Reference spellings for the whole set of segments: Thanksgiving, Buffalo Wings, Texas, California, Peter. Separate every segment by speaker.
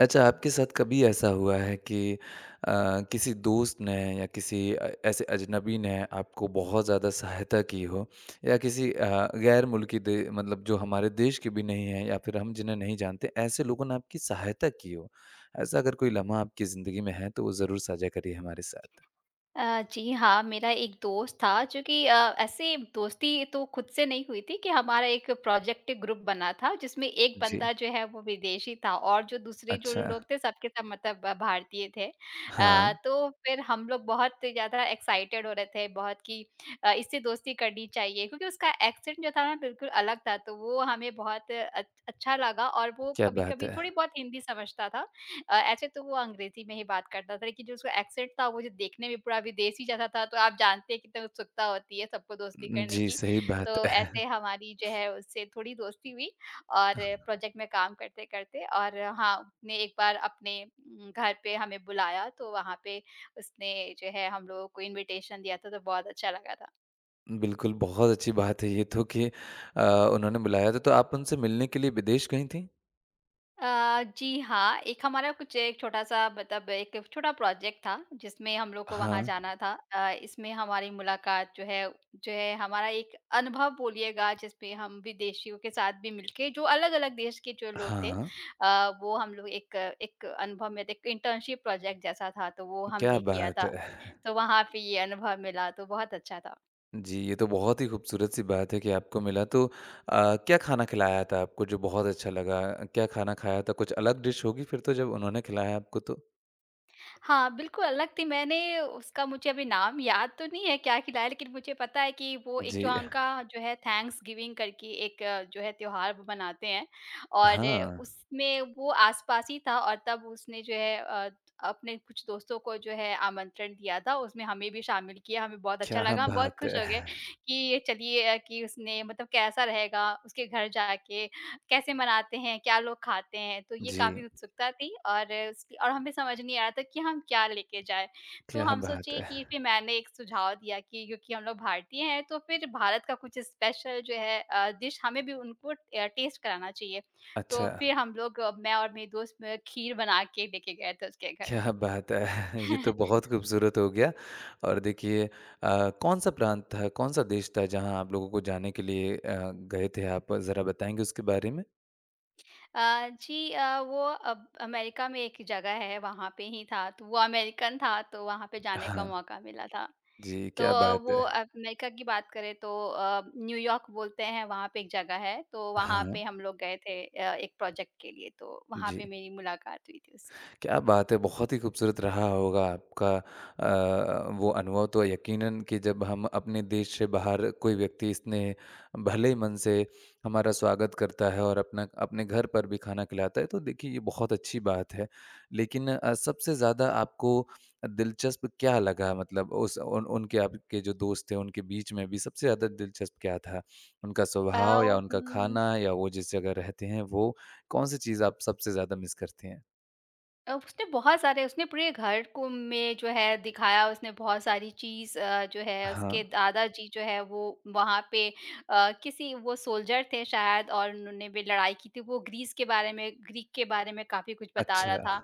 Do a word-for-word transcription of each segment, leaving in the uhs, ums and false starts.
Speaker 1: अच्छा, आपके साथ कभी ऐसा हुआ है कि अ, किसी दोस्त ने या किसी अ, ऐसे अजनबी ने आपको बहुत ज़्यादा सहायता की हो या किसी अ, गैर मुल्की दे मतलब जो हमारे देश के भी नहीं हैं या फिर हम जिन्हें नहीं जानते, ऐसे लोगों ने आपकी सहायता की हो? ऐसा अगर कोई लम्हा आपकी ज़िंदगी में है, तो वो ज़रूर साझा करिए हमारे साथ।
Speaker 2: अ, जी हाँ, मेरा एक दोस्त था जो कि अ, ऐसे दोस्ती तो खुद से नहीं हुई थी कि हमारा एक प्रोजेक्ट ग्रुप बना था जिसमें एक
Speaker 1: जी,
Speaker 2: बंदा जो है वो विदेशी था और जो दूसरे जो
Speaker 1: अच्छा।
Speaker 2: लोग थे सबके सब मतलब अ, भारतीय थे।
Speaker 1: हाँ,
Speaker 2: अ, तो फिर हम लोग बहुत ज़्यादा एक्साइटेड हो रहे थे बहुत कि अ, इससे दोस्ती करनी चाहिए क्योंकि उसका एक्सेंट जो था ना बिल्कुल अलग था तो वो हमें बहुत अ, अच्छा लगा और वो
Speaker 1: क्या बात
Speaker 2: कभी-कभी
Speaker 1: है।
Speaker 2: थोड़ी बहुत हिंदी समझता था। अ, ऐसे तो वो अंग्रेज़ी में ही बात करता था, लेकिन जो उसका एक्सेंट था, वो जो देखने में पूरा विदेशी जैसा था, तो आप जानते हैं कितना उत्सुकता होती है सबको दोस्ती
Speaker 1: उम,
Speaker 2: करने
Speaker 1: जी,
Speaker 2: की।
Speaker 1: सही बात
Speaker 2: तो
Speaker 1: है।
Speaker 2: ऐसे हमारी जो है उससे थोड़ी दोस्ती हुई और प्रोजेक्ट में काम करते-करते और हाँ, उसने एक बार अपने उम, घर पे हमें बुलाया, तो वहाँ पे उसने जो है हम लोगों को इन्विटेशन दिया था, तो बहुत अच्छा लगा था।
Speaker 1: बिल्कुल, बहुत अच्छी बात है ये तो कि अ, उन्होंने बुलाया था, तो आप उनसे मिलने के लिए विदेश गई थीं?
Speaker 2: अ, जी हाँ, एक हमारा कुछ एक छोटा-सा मतलब एक छोटा प्रोजेक्ट था, जिसमें हम लोग को वहाँ
Speaker 1: हाँ,
Speaker 2: जाना था। अ, इसमें हमारी मुलाकात जो है जो है हमारा एक अनुभव बोलिएगा जिसमें हम विदेशियों के साथ भी मिलके जो अलग-अलग देश के जो लोग थे।
Speaker 1: हाँ,
Speaker 2: अ, वो हम लोग एक एक अनुभव में थे। एक इंटर्नशिप प्रोजेक्ट जैसा था, तो वो
Speaker 1: क्या
Speaker 2: हमने किया
Speaker 1: बात
Speaker 2: था।
Speaker 1: है!
Speaker 2: तो वहाँ पे ये अनुभव मिला, तो बहुत अच्छा था।
Speaker 1: जी, ये तो बहुत ही खूबसूरत-सी बात है कि आपको मिला तो अ, क्या खाना खिलाया था आपको जो बहुत अच्छा लगा? क्या खाना खाया था? कुछ अलग डिश होगी फिर तो जब उन्होंने खिलाया आपको तो?
Speaker 2: हाँ, बिल्कुल अलग थी। मैंने उसका मुझे अभी नाम याद तो नहीं है क्या खिलाया, लेकिन मुझे पता है कि वो एक
Speaker 1: जी,
Speaker 2: जो उनका जो है थैंक्सगिविंग करके एक अ, जो है त्योहार वो मनाते हैं और
Speaker 1: हाँ,
Speaker 2: उसमें वो आस-पास ही था और तब उसने जो है अ, अपने कुछ दोस्तों को जो है आमंत्रण दिया था। उसमें हमें भी शामिल किया, हमें बहुत अच्छा
Speaker 1: क्या
Speaker 2: लगा, हम बहुत
Speaker 1: बात
Speaker 2: खुश
Speaker 1: है!
Speaker 2: हो गए कि ये चलिए, अ, कि उसने मतलब कैसा रहेगा उसके घर जाके कैसे मनाते हैं? क्या लोग खाते हैं? तो ये
Speaker 1: जी,
Speaker 2: काफ़ी उत्सुकता थी और उस और हमें समझ नहीं आ रहा था कि हम क्या लेके जाएँ। तो
Speaker 1: क्या
Speaker 2: हम
Speaker 1: बात
Speaker 2: सोचे
Speaker 1: है!
Speaker 2: कि फिर मैंने एक सुझाव दिया कि क्योंकि हम लोग भारतीय हैं तो फिर भारत का कुछ स्पेशल जो है अ, डिश हमें भी उनको अ, टेस्ट कराना चाहिए। तो
Speaker 1: अच्छा,
Speaker 2: फिर हम लोग, अ, मैं और मेरी दोस्त में खीर बना के लेके गए थे उसके घर।
Speaker 1: क्या बात है! ये तो बहुत खूबसूरत हो गया और देखिए अ, कौन-सा प्रांत था, कौन-सा देश था जहाँ आप लोगों को जाने के लिए अ, गए थे आप? ज़रा बताएँगे उसके बारे में?
Speaker 2: अ, जी, अ, वो अब अमेरिका में एक जगह है, वहाँ पे ही था, तो वो अमेरिकन था, तो वहाँ पे जाने का
Speaker 1: हाँ।
Speaker 2: मौका मिला था।
Speaker 1: जी,
Speaker 2: तो
Speaker 1: क्या
Speaker 2: अ,
Speaker 1: बात
Speaker 2: वो
Speaker 1: है!
Speaker 2: अमेरिका की बात करें तो अ, न्यूयॉर्क बोलते हैं वहाँ पे एक जगह है, तो वहाँ
Speaker 1: हाँ,
Speaker 2: पे हम लोग गए थे अ, एक प्रोजेक्ट के लिए, तो वहाँ
Speaker 1: जी।
Speaker 2: पे मेरी मुलाकात हुई थी उससे।
Speaker 1: क्या बात है! बहुत ही खूबसूरत रहा होगा आपका अ, वो अनुभव तो यकीनन कि जब हम अपने देश से बाहर कोई व्यक्ति स्नेह भले ही मन से हमारा स्वागत करता है और अपना अपने घर पर भी खाना खिलाता है, तो देखिए ये बहुत अच्छी बात है। लेकिन अ, सबसे ज़्यादा आपको दिलचस्प क्या लगा मतलब उस उन उनके आपके जो दोस्त थे, उनके बीच में भी सबसे ज़्यादा दिलचस्प क्या था? उनका
Speaker 2: अ,
Speaker 1: स्वभाव या उनका
Speaker 2: उम
Speaker 1: खाना या वो जिस जगह रहते हैं वो? कौन-सी चीज़ आप सबसे ज़्यादा मिस करती हैं?
Speaker 2: अ, उसने बहुत सारे उसने पूरे घर को में जो है दिखाया, उसने बहुत सारी चीज़ अ, जो है
Speaker 1: हाँ।
Speaker 2: उसके दादाजी जो है वो वहाँ पे अ, किसी वो सोल्जर थे शायद और उन्होंने भी लड़ाई की थी, वो ग्रीस के बारे में ग्रीक के बारे में काफ़ी कुछ बता रहा
Speaker 1: अच्छा,
Speaker 2: था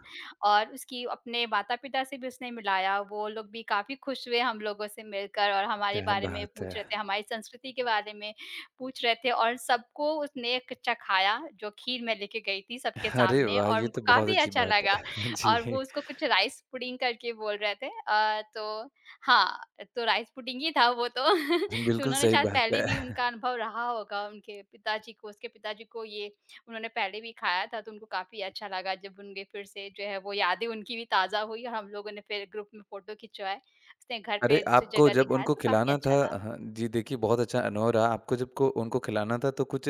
Speaker 2: और उसकी अपने माता-पिता से भी उसने मिलाया, वो लोग भी काफ़ी खुश हुए हम लोगों से मिलकर और हमारे
Speaker 1: क्या
Speaker 2: बारे में
Speaker 1: बात है!
Speaker 2: पूछ रहे थे, हमारी संस्कृति के बारे में पूछ रहे थे और सबको उसने एक चखाया जो खीर मैं लेके गई थी सबके
Speaker 1: अरे
Speaker 2: सामने
Speaker 1: वाह!
Speaker 2: और
Speaker 1: ये
Speaker 2: उनको
Speaker 1: तो बहुत
Speaker 2: काफ़ी
Speaker 1: अच्छी
Speaker 2: अच्छा
Speaker 1: बात है।
Speaker 2: लगा।
Speaker 1: जी,
Speaker 2: और वो उसको कुछ राइस पुडिंग करके बोल रहे थे, अ, तो हाँ, तो राइस पुडिंग ही था वो तो। तो
Speaker 1: बिल्कुल
Speaker 2: उन्होंने
Speaker 1: सही
Speaker 2: शायद
Speaker 1: बात
Speaker 2: पहले
Speaker 1: है।
Speaker 2: भी उनका अनुभव रहा होगा, उनके पिताजी को उसके पिताजी को ये उन्होंने पहले भी खाया था, तो उनको काफ़ी अच्छा लगा जब उनके फिर से जो है वो यादें उनकी भी ताज़ा हुई और हम लोगों ने फिर ग्रुप में फ़ोटो खिंचवाए। उसने घर
Speaker 1: अरे,
Speaker 2: पे दूसरी
Speaker 1: आपको
Speaker 2: जगह
Speaker 1: जब
Speaker 2: दिखाया,
Speaker 1: उनको
Speaker 2: तो काफ़ी
Speaker 1: खिलाना था
Speaker 2: अच्छा था।
Speaker 1: हाँ, जी देखिए बहुत अच्छा अनुभव रहा। आपको जब को उनको खिलाना था तो कुछ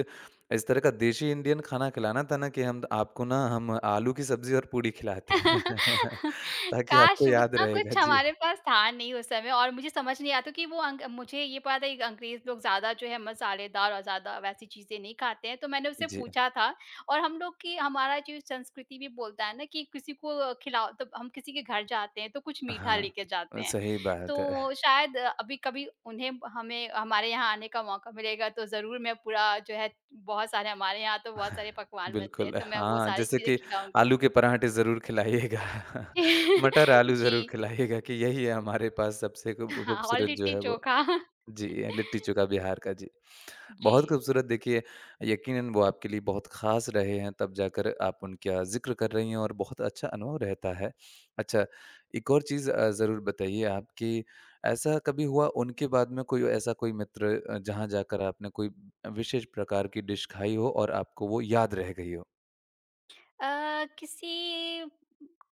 Speaker 1: इस तरह का देशी इंडियन खाना खिलाना था ना कि हम आपको ना हम आलू की सब्ज़ी और पूड़ी खिलाते हैं ताकि
Speaker 2: काश!
Speaker 1: आपको याद
Speaker 2: उतना
Speaker 1: रहेगा।
Speaker 2: कुछ
Speaker 1: जी,
Speaker 2: हमारे पास था नहीं उस समय और मुझे समझ नहीं आता कि वो अंग मुझे ये पता था कि अंग्रेज़ लोग ज़्यादा जो है मसालेदार और ज़्यादा वैसी चीज़ें नहीं खाते हैं, तो मैंने उससे
Speaker 1: जी।
Speaker 2: पूछा था। और हम लोग की हमारा जो संस्कृति भी बोलता है ना कि किसी को खिलाओ, तब हम किसी के घर जाते हैं, तो कुछ मीठा लेके जाते
Speaker 1: हाँ,
Speaker 2: हैं।
Speaker 1: सही बात है।
Speaker 2: तो शायद अ, अभी कभी उन्हें हमें हमारे यहाँ आने का मौका मिलेगा तो ज़रूर मैं पूरा जो है बहुत सारे हमारे यहाँ तो बहुत सारे पकवान बनते हैं,
Speaker 1: बिल्कुल,
Speaker 2: तो मैं वो
Speaker 1: हाँ,
Speaker 2: सारी
Speaker 1: जैसे
Speaker 2: चीज़ें
Speaker 1: कि
Speaker 2: खिलाऊँगी।
Speaker 1: आलू के पराठे ज़रूर खिलाइएगा, मटर आलू
Speaker 2: जी,
Speaker 1: ज़रूर खिलाइएगा कि यही है हमारे पास सबसे खूब
Speaker 2: हाँ, और
Speaker 1: खूबसूरत जो
Speaker 2: लिट्टी
Speaker 1: है वो।
Speaker 2: चोखा।
Speaker 1: जी, लिट्टी चोखा बिहार का, जी।
Speaker 2: जी।
Speaker 1: बहुत खूबसूरत देखिए यकीनन वो आपके लिए बहुत ख़ास रहे हैं तब जाकर आप उनका ज़िक्र कर रही हैं और बहुत अच्छा अनुभव रहता है। अच्छा, एक और चीज़ अ, ज़रूर बताइए आप कि ऐसा कभी हुआ उनके बाद में कोई ऐसा कोई मित्र अ, जहाँ जाकर आपने कोई विशेष प्रकार की डिश खाई हो और आपको वो याद रह गई हो?
Speaker 2: अ, किसी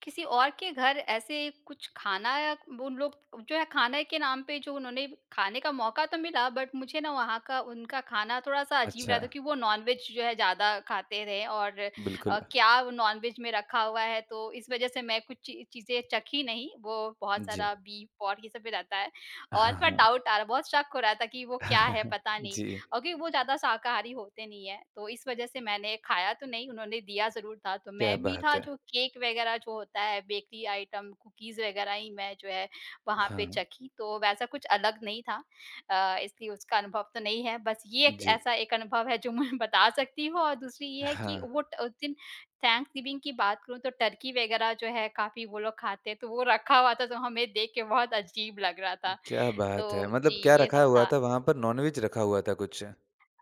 Speaker 2: किसी और के घर ऐसे कुछ खाना या उन लोग जो है खाने के नाम पे जो उन्होंने खाने का मौका तो मिला बट मुझे ना वहाँ का उनका खाना थोड़ा-सा अजीब
Speaker 1: अच्छा,
Speaker 2: लगा क्योंकि वो नॉन-वेज जो है ज़्यादा खाते थे और अ,
Speaker 1: बिल्कुल।
Speaker 2: क्या नॉन-वेज में रखा हुआ है, तो इस वज़ह से मैं कुछ ची चीज़ें चखी नहीं। वो बहुत
Speaker 1: जी।
Speaker 2: सारा बीफ, पोर्क ये सब भी रहता है और
Speaker 1: हाँ,
Speaker 2: थोड़ा
Speaker 1: हाँ।
Speaker 2: डाउट आ रहा, बहुत शक हो रहा था कि वो क्या है पता नहीं।
Speaker 1: जी,
Speaker 2: और क्योंकि वो ज़्यादा शाकाहारी होते नहीं हैं, तो इस वज़ह से मैंने खाया तो नहीं, उन्होंने दिया ज़रूर था। तो मैं
Speaker 1: क्या बात
Speaker 2: मीठा
Speaker 1: है!
Speaker 2: जो केक वग़ैरह जो होता है, बेकरी आइटम, कुकीज़ वग़ैरह ही मैं जो है वहाँ पे
Speaker 1: हाँ,
Speaker 2: चखी, तो वैसा कुछ अलग नहीं था। अ, इसलिए उसका अनुभव तो नहीं है। बस ये एक
Speaker 1: जी।
Speaker 2: ऐसा एक अनुभव है जो मैं बता सकती हूँ और दूसरी ये है
Speaker 1: हाँ।
Speaker 2: कि वो ट उस दिन थैंक्सगिविंग की बात करूँ तो टर्की वग़ैरह जो है काफ़ी वो लोग खाते हैं, तो वो रखा हुआ था, तो हमें देख के बहुत अजीब लग रहा था।
Speaker 1: क्या बात है!
Speaker 2: तो जी,
Speaker 1: मतलब क्या
Speaker 2: ये
Speaker 1: रखा
Speaker 2: सब
Speaker 1: हुआ
Speaker 2: था।
Speaker 1: था वहाँ पर नॉनवेज रखा हुआ था कुछ?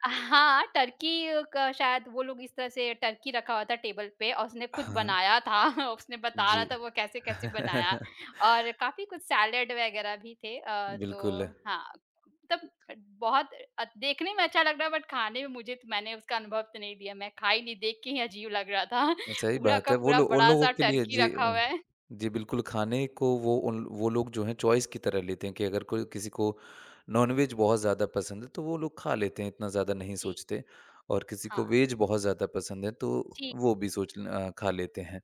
Speaker 2: हाँ, टर्की का शायद वो लोग इस तरह से टर्की रखा हुआ था टेबल पे और उसने खुद
Speaker 1: हाँ, हाँ।
Speaker 2: बनाया था। उसने बता
Speaker 1: जी।
Speaker 2: रहा था वो कैसे-कैसे बनाया और काफ़ी कुछ सैलेड वगैरह भी थे, अ,
Speaker 1: बिल्कुल,
Speaker 2: तो हाँ, तब बहुत अ, देखने में अच्छा लग रहा है बट खाने में मुझे तो मैंने उसका अनुभव तो नहीं लिया। मैं खाई नहीं, देख के ही अजीब लग रहा था।
Speaker 1: सही
Speaker 2: पूरा
Speaker 1: बात
Speaker 2: का
Speaker 1: है। वो
Speaker 2: पूरा
Speaker 1: लो उन लोगों
Speaker 2: बड़ा-सा
Speaker 1: के लिए
Speaker 2: टर्की
Speaker 1: जी
Speaker 2: रखा हुआ
Speaker 1: अ,
Speaker 2: है।
Speaker 1: जी बिल्कुल खाने को वो उन वो लोग जो हैं चॉइस की तरह लेते हैं कि अगर कोई किसी को नॉनवेज बहुत ज़्यादा पसंद है तो वो लोग खा लेते हैं, इतना ज़्यादा नहीं
Speaker 2: जी,
Speaker 1: सोचते और किसी को
Speaker 2: हाँ।
Speaker 1: वेज बहुत ज़्यादा पसंद है तो
Speaker 2: जी।
Speaker 1: वो भी सोच अ, खा लेते हैं।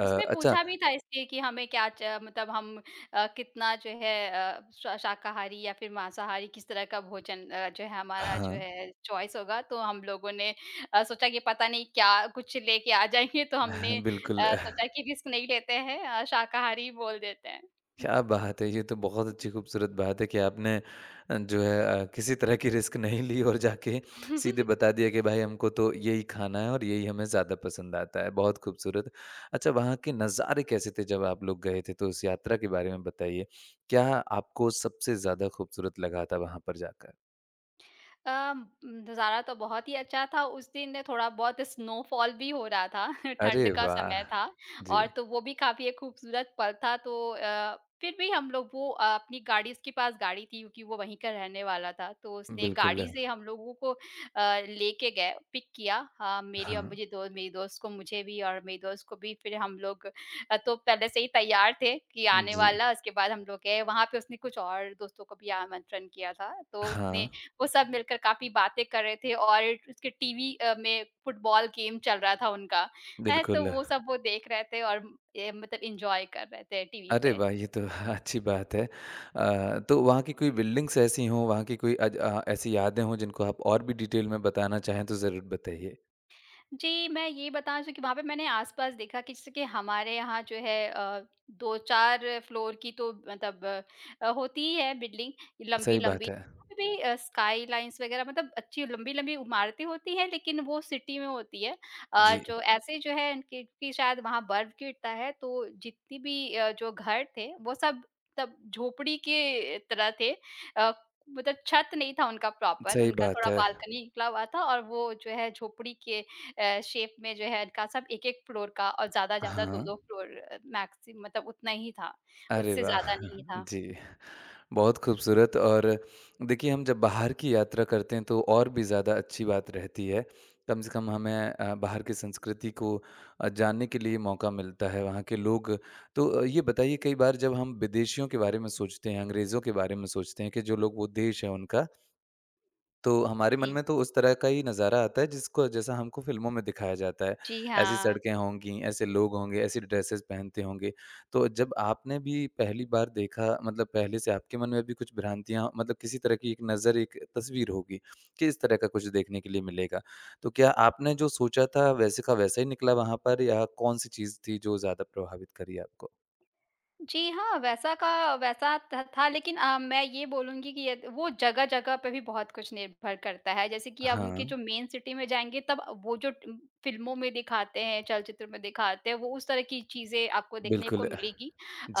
Speaker 1: अ,
Speaker 2: उसमें
Speaker 1: अच्छा
Speaker 2: पूछा भी था इसलिए कि हमें क्या च मतलब हम अ, कितना जो है अ, शा शाकाहारी या फिर मांसाहारी किस तरह का भोजन अ, जो है हमारा जो
Speaker 1: हाँ,
Speaker 2: है चॉइस होगा। तो हम लोगों ने अ, सोचा कि पता नहीं क्या कुछ लेके आ जाएँगे, तो
Speaker 1: हाँ,
Speaker 2: हमने
Speaker 1: बिल्कुल।
Speaker 2: अ, सोचा कि रिस्क नहीं लेते हैं, अ, शाकाहारी बोल देते हैं।
Speaker 1: क्या बात है! ये तो बहुत अच्छी खूबसूरत बात है कि आपने अ, जो है अ, किसी तरह की रिस्क नहीं ली और जाके सीधे
Speaker 2: हुँ।
Speaker 1: बता दिया कि भाई हमको तो यही खाना है और यही हमें ज़्यादा पसंद आता है। बहुत खूबसूरत। अच्छा वहाँ के नज़ारे कैसे थे जब आप लोग गए थे? तो उस यात्रा के बारे में बताइए। क्या आपको सबसे ज़्यादा खूबसूरत लगा था वहाँ पर जाकर?
Speaker 2: अ, नज़ारा तो बहुत ही अच्छा था, उस दिन थोड़ा बहुत स्नोफॉल भी हो रहा था,
Speaker 1: अरे
Speaker 2: ठंड का समय
Speaker 1: वाह!
Speaker 2: था
Speaker 1: जी।
Speaker 2: और तो वो भी काफ़ी एक खूबसूरत पल था, तो अ, फिर भी हम लोग वो अ, अपनी गाड़ी उसके पास गाड़ी थी क्योंकि वो वहीं का रहने वाला था, तो उसने
Speaker 1: बिल्कुल।
Speaker 2: गाड़ी से हम लोगों को अ, लेके गए, पिक किया, अ, मेरी और
Speaker 1: हाँ।
Speaker 2: मुझे दो मेरी दोस्त को मुझे भी और मेरी दोस्त को भी फिर हम लोग अ, तो पहले से ही तैयार थे कि आने
Speaker 1: जी।
Speaker 2: वाला, उसके बाद हम लोग गए, वहाँ पे उसने कुछ और दोस्तों को भी आमंत्रण किया था, तो उसने
Speaker 1: हाँ।
Speaker 2: वो सब मिलकर काफ़ी बातें कर रहे थे और उसके टीवी अ, में फुटबॉल गेम चल रहा था उनका, हैं, तो
Speaker 1: बिल्कुल।
Speaker 2: वो सब वो देख रहे थे और ये मतलब एन्जॉय कर रहे थे टीवी
Speaker 1: अरे
Speaker 2: पे।
Speaker 1: वाह! ये तो अच्छी बात है। अ, तो वहाँ की कोई बिल्डिंग्स ऐसी हों, वहाँ की कोई अज अ, ऐसी यादें हों जिनको आप और भी डिटेल में बताना चाहें तो ज़रूर बताइए?
Speaker 2: जी, मैं ये बता दूँ कि वहाँ पे मैंने आस-पास देखा कि जैसे कि हमारे यहाँ जो है अ, दो से चार फ्लोर की तो मतलब अ, होती ही है बिल्डिंग
Speaker 1: सही
Speaker 2: लंबी-लंबी।
Speaker 1: बात है।
Speaker 2: वहाँ पे भी अ, स्काई लाइन्स वगैरह मतलब अच्छी लंबी-लंबी इमारतें होती हैं, लेकिन वो सिटी में होती है। अ,
Speaker 1: जी,
Speaker 2: जो ऐसे जो है कि कि शायद वहाँ बर्फ गिरता है, तो जितनी भी अ, जो घर थे, वो सब तब झोपड़ी के तरह थे। अ, मतलब छत नहीं था उनका प्रॉपर,
Speaker 1: सही
Speaker 2: उनका
Speaker 1: बात
Speaker 2: थोड़ा
Speaker 1: है।
Speaker 2: बालकनी निकला हुआ था और वो जो है झोपड़ी के अ, शेप में जो है का सब एक-एक फ्लोर का और ज़्यादा-ज़्यादा
Speaker 1: हाँ,
Speaker 2: दो दो फ्लोर मैक्सि मतलब उतना ही था,
Speaker 1: अरे
Speaker 2: उससे
Speaker 1: वाह!
Speaker 2: ज़्यादा नहीं था।
Speaker 1: जी। बहुत खूबसूरत और देखिए हम जब बाहर की यात्रा करते हैं तो और भी ज़्यादा अच्छी बात रहती है। कम से कम हमें अ, बाहर की संस्कृति को अ, जानने के लिए मौका मिलता है, वहाँ के लोग तो अ, ये बताइए कई बार जब हम विदेशियों के बारे में सोचते हैं, अंग्रेज़ों के बारे में सोचते हैं कि जो लोग वो देश है उनका तो हमारे मन
Speaker 2: जी।
Speaker 1: में तो उस तरह का ही नज़ारा आता है जिसको जैसा हमको फ़िल्मों में दिखाया जाता है।
Speaker 2: जी
Speaker 1: ऐसी
Speaker 2: हाँ।
Speaker 1: सड़कें होंगी, ऐसे लोग होंगे, ऐसी ड्रेसेस पहनते होंगे। तो जब आपने भी पहली बार देखा मतलब पहले से आपके मन में भी कुछ भ्रांतियाँ मतलब किसी तरह की एक नज़र, एक तस्वीर होगी कि इस तरह का कुछ देखने के लिए मिलेगा। तो क्या आपने जो सोचा था वैसे का वैसा ही निकला वहाँ पर या कौन-सी चीज़ थी जो ज़्यादा प्रभावित करी आपको?
Speaker 2: जी हाँ, वैसा का वैसा त था, लेकिन अ, मैं ये बोलूँगी कि यद वो जगह-जगह पे भी बहुत कुछ निर्भर करता है। जैसे कि आप
Speaker 1: हाँ,
Speaker 2: उनके जो मेन सिटी में जाएँगे तब वो जो ट फ़िल्मों में दिखाते हैं, चलचित्र में दिखाते हैं, वो उस तरह की चीज़ें आपको देखने को
Speaker 1: बिल्कुल।
Speaker 2: मिलेगी।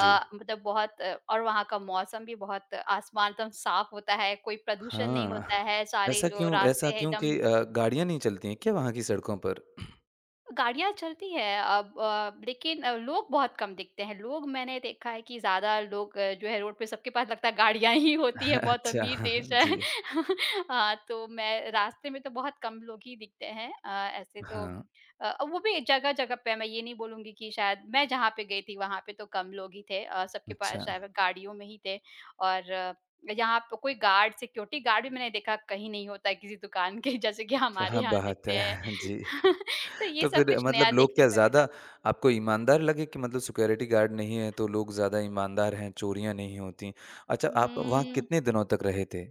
Speaker 1: जी।
Speaker 2: मतलब बहुत अ, और वहाँ का मौसम भी बहुत आसमान एकदम साफ होता है, कोई प्रदूषण नहीं होता
Speaker 1: हाँ,
Speaker 2: है, सारे
Speaker 1: ऐसा
Speaker 2: जो
Speaker 1: क्यों
Speaker 2: रास्ते
Speaker 1: ऐसा
Speaker 2: हैं
Speaker 1: क्यों
Speaker 2: एकदम
Speaker 1: कि अ, गाड़ियाँ नहीं चलती हैं क्या वहाँ की सड़कों पर?
Speaker 2: गाड़ियाँ चलती हैं अब, अ, लेकिन अ, लोग बहुत कम दिखते हैं। लोग मैंने देखा है कि ज़्यादा लोग अ, जो है रोड पे सबके पास लगता है गाड़ियाँ ही होती है, बहुत
Speaker 1: अच्छा,
Speaker 2: अमीर देश है।
Speaker 1: जी।
Speaker 2: हाँ, तो मैं रास्ते में तो बहुत कम लोग ही दिखते हैं, अ, ऐसे तो
Speaker 1: हाँ,
Speaker 2: अ, वो भी जगह-जगह पे है, मैं ये नहीं बोलूँगी कि शायद मैं जहाँ पे गई थी वहाँ पे तो कम लोग ही थे, अ, सबके पास
Speaker 1: अच्छा,
Speaker 2: शायद गाड़ियों में ही थे। और अ, यहाँ पे कोई गार्ड सिक्योरिटी गार्ड भी मैंने देखा कहीं नहीं होता है, किसी दुकान के जैसे कि हमारे
Speaker 1: क्या
Speaker 2: यहाँ
Speaker 1: बात
Speaker 2: दिखते हैं।
Speaker 1: है! जी।
Speaker 2: तो ये
Speaker 1: तो
Speaker 2: सब
Speaker 1: फिर
Speaker 2: कुछ नया
Speaker 1: मतलब लोग
Speaker 2: देखने
Speaker 1: क्या
Speaker 2: को
Speaker 1: ज़्यादा
Speaker 2: मिला।
Speaker 1: आपको ईमानदार लगे कि मतलब सिक्योरिटी गार्ड नहीं है, तो लोग ज़्यादा ईमानदार हैं, चोरियाँ नहीं होती। अच्छा, आप वहाँ
Speaker 2: हुँ,
Speaker 1: कितने दिनों तक रहे थे?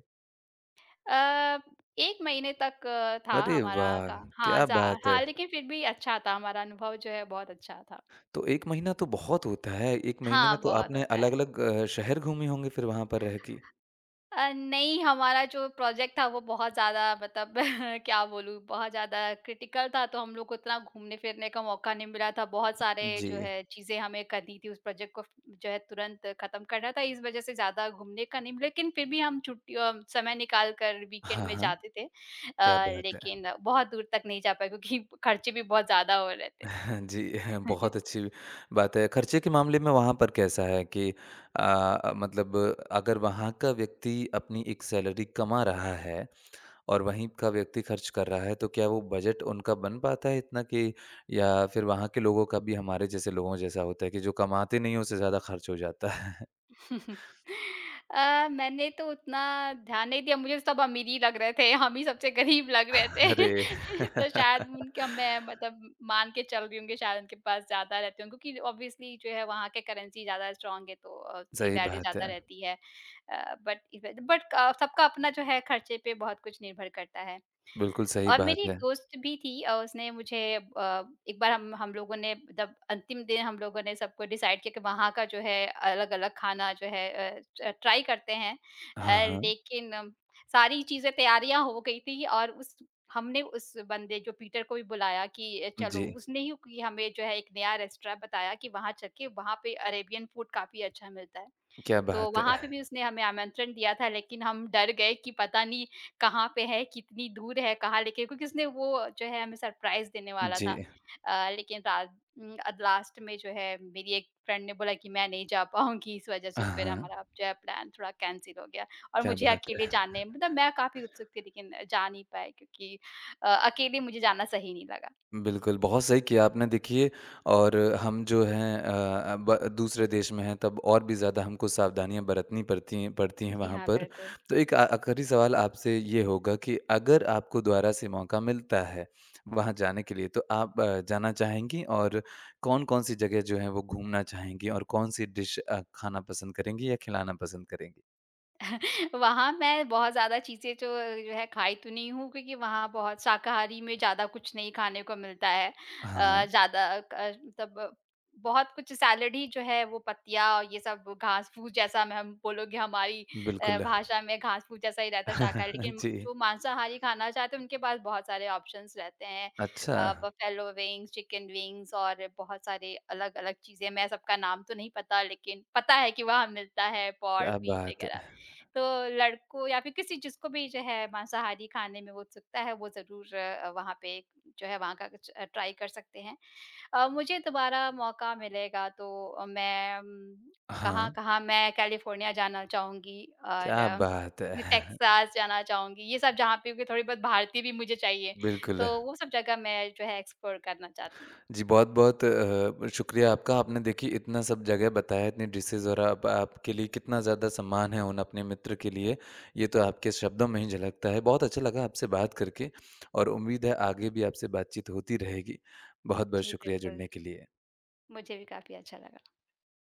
Speaker 2: अ, एक महीने तक अ, था
Speaker 1: अरे
Speaker 2: हमारा
Speaker 1: वाह!
Speaker 2: का हाँ,
Speaker 1: क्या
Speaker 2: जा
Speaker 1: बात है!
Speaker 2: हाँ, लेकिन फिर भी अच्छा था, हमारा अनुभव जो है बहुत अच्छा था।
Speaker 1: तो एक महीना तो बहुत होता है। एक महीने में
Speaker 2: हाँ,
Speaker 1: तो
Speaker 2: बहुत
Speaker 1: आपने
Speaker 2: होता है।
Speaker 1: अलग-अलग अ, शहर घूमे होंगे फिर वहाँ पर रह के?
Speaker 2: अ, नहीं, हमारा जो प्रोजेक्ट था वो बहुत ज़्यादा मतलब क्या बोलूँ, बहुत ज़्यादा क्रिटिकल था, तो हम लोग को उतना घूमने-फिरने का मौका नहीं मिला था। बहुत सारे जो
Speaker 1: जी।
Speaker 2: है चीज़ें हमें करनी थी उस प्रोजेक्ट को जो है तुरंत खत्म करना था, इस वजह से ज़्यादा घूमने का नहीं मिला। लेकिन फिर भी हम छुट्टियों समय निकाल कर वीकेंड
Speaker 1: हाँ,
Speaker 2: में
Speaker 1: हाँ।
Speaker 2: जाते थे।
Speaker 1: क्या
Speaker 2: अ,
Speaker 1: बात है!
Speaker 2: लेकिन बहुत दूर तक नहीं जा पाए क्योंकि खर्चे भी बहुत ज़्यादा हो रहे थे।
Speaker 1: जी, बहुत अच्छी बात है। खर्चे के मामले में वहाँ पर कैसा है कि अ, मतलब अगर वहाँ का व्यक्ति अपनी एक सैलरी कमा रहा है और वहीं का व्यक्ति खर्च कर रहा है, तो क्या वो बजट उनका बन पाता है इतना कि या फिर वहाँ के लोगों का भी हमारे जैसे लोगों जैसा होता है कि जो कमाते नहीं हैं, उससे ज़्यादा खर्च हो जाता है?
Speaker 2: अ, मैंने तो उतना ध्यान नहीं दिया, मुझे सब अमीर ही लग रहे थे, हम ही सबसे गरीब लग रहे थे।
Speaker 1: अरे!
Speaker 2: तो शायद उनका, मैं मतलब मान के चल रही हूँ कि शायद उनके पास ज़्यादा रहते होंगे क्योंकि ऑब्वियसली जो है वहाँ के करेंसी ज़्यादा स्ट्रॉन्ग है, तो अ, उसकी
Speaker 1: सही
Speaker 2: वैल्यू
Speaker 1: बात
Speaker 2: ज़्यादा
Speaker 1: है।
Speaker 2: रहती है। अ, बट इव बट अ, सबका अपना जो है खर्चे पे बहुत कुछ निर्भर करता है।
Speaker 1: बिल्कुल सही
Speaker 2: और
Speaker 1: बात
Speaker 2: मेरी एक
Speaker 1: है।
Speaker 2: दोस्त भी थी, अ, उसने मुझे अ, एक बार हम हम लोगों ने मतलब अंतिम दिन हम लोगों ने सबको डिसाइड किया कि वहाँ का जो है अलग-अलग खाना जो है अ, ट ट्राई करते हैं।
Speaker 1: हाँ,
Speaker 2: अ,
Speaker 1: हाँ।
Speaker 2: लेकिन अम, सारी चीज़ें तैयारियाँ हो गई थी, और उस हमने उस बंदे जो पीटर को भी बुलाया कि चलो,
Speaker 1: जी,
Speaker 2: उसने ही कि हमें जो है एक नया रेस्टोरेंट बताया कि वहाँ चल के वहाँ पे अरेबियन फूड काफ़ी अच्छा मिलता है।
Speaker 1: क्या
Speaker 2: तो
Speaker 1: बात
Speaker 2: वहाँ
Speaker 1: है!
Speaker 2: पे भी उसने हमें आमंत्रण दिया था, लेकिन हम डर गए कि पता नहीं कहाँ पे है, कितनी दूर है, कहाँ लेके, क्योंकि उसने वो जो है हमें सरप्राइज़ देने वाला
Speaker 1: जी।
Speaker 2: था। अ, लेकिन रात उम, अ, लास्ट में जो है मेरी एक फ्रेंड ने बोला कि मैं नहीं जा पाऊँगी, इस वज़ह से
Speaker 1: हाँ,
Speaker 2: फिर
Speaker 1: हाँ।
Speaker 2: हमारा जो है प्लान थोड़ा कैंसल हो गया, और
Speaker 1: क्या
Speaker 2: मुझे
Speaker 1: बात
Speaker 2: अकेले
Speaker 1: है!
Speaker 2: जाने मतलब मैं काफ़ी उत्सुक थी लेकिन जा नहीं पाए क्योंकि अ, अकेले मुझे जाना सही नहीं लगा।
Speaker 1: बिल्कुल, बहुत सही किया आपने देखिए और हम जो हैं अ, ब दूसरे देश में हैं तब और भी ज़्यादा हमको सावधानियाँ बरतनी पड़ती हैं पड़ती हैं
Speaker 2: जी
Speaker 1: वहाँ
Speaker 2: हाँ,
Speaker 1: पर।
Speaker 2: बिल्कुल।
Speaker 1: तो एक आ आखिरी सवाल आपसे ये होगा कि अगर आपको दोबारा से मौका मिलता है वहाँ जाने के लिए तो आप अ, जाना चाहेंगी और कौन-कौन सी जगह जो है वो घूमना चाहेंगी और कौन-सी डिश अ, खाना पसंद करेंगी या खिलाना पसंद करेंगी?
Speaker 2: वहाँ मैं बहुत ज़्यादा चीज़ें जो जो है खाई तो नहीं हूँ क्योंकि वहाँ बहुत शाकाहारी में ज़्यादा कुछ नहीं खाने को मिलता है।
Speaker 1: हाँ,
Speaker 2: अ, ज़्यादा क मतलब बहुत कुछ सैलड ही जो है वो पत्तियाँ और ये सब घास-फूस जैसा मैं हम बोलोगे हमारी अ,
Speaker 1: बिल्कुल।
Speaker 2: भाषा में घास-फूस जैसा ही रहता है शाकाहारी। लेकिन
Speaker 1: जी।
Speaker 2: जो मांसाहारी खाना चाहते हैं उनके पास बहुत सारे ऑप्शंस रहते हैं।
Speaker 1: अच्छा,
Speaker 2: अ, बफेलो विंग्स, चिकन विंग्स और बहुत सारे अलग-अलग चीज़ें, मैं सबका नाम तो नहीं पता लेकिन पता है कि वहाँ मिलता है पोर्क,
Speaker 1: क्या
Speaker 2: बीफ
Speaker 1: बात
Speaker 2: वगैरह।
Speaker 1: है!
Speaker 2: तो लड़कों या फिर किसी जिसको भी जो है मांसाहारी खाने में वो उत्सुकता है वो ज़रूर अ, वहाँ पे जो है वहाँ का कुछ अ, ट्राई कर सकते हैं। अ, मुझे दोबारा मौका मिलेगा तो अ, मैं उम,
Speaker 1: हाँ।
Speaker 2: कहाँ-कहाँ मैं कैलिफ़ोर्निया जाना चाहूँगी, और
Speaker 1: क्या
Speaker 2: अ,
Speaker 1: बात
Speaker 2: ये
Speaker 1: है!
Speaker 2: टेक्सास जाना चाहूँगी। ये सब जहाँ पे भी थोड़ी बहुत भारतीय भी मुझे चाहिए,
Speaker 1: बिल्कुल।
Speaker 2: तो वो सब जगह मैं जो है एक्सप्लोर करना चाहती हूँ।
Speaker 1: जी, बहुत-बहुत अ, शुक्रिया आपका। आपने देखिए इतना सब जगह बताया, इतनी डिशेज़ और आप आपके लिए कितना ज़्यादा सम्मान है उन अपने मित्र के लिए, ये तो आपके शब्दों में ही झलकता है। बहुत अच्छा लगा आपसे बात करके और उम्मीद है आगे भी आपसे बातचीत होती रहेगी। बहुत-बहुत
Speaker 2: जी,
Speaker 1: शुक्रिया
Speaker 2: बिल्कुल।
Speaker 1: जुड़ने के लिए।
Speaker 2: मुझे भी काफ़ी अच्छा लगा।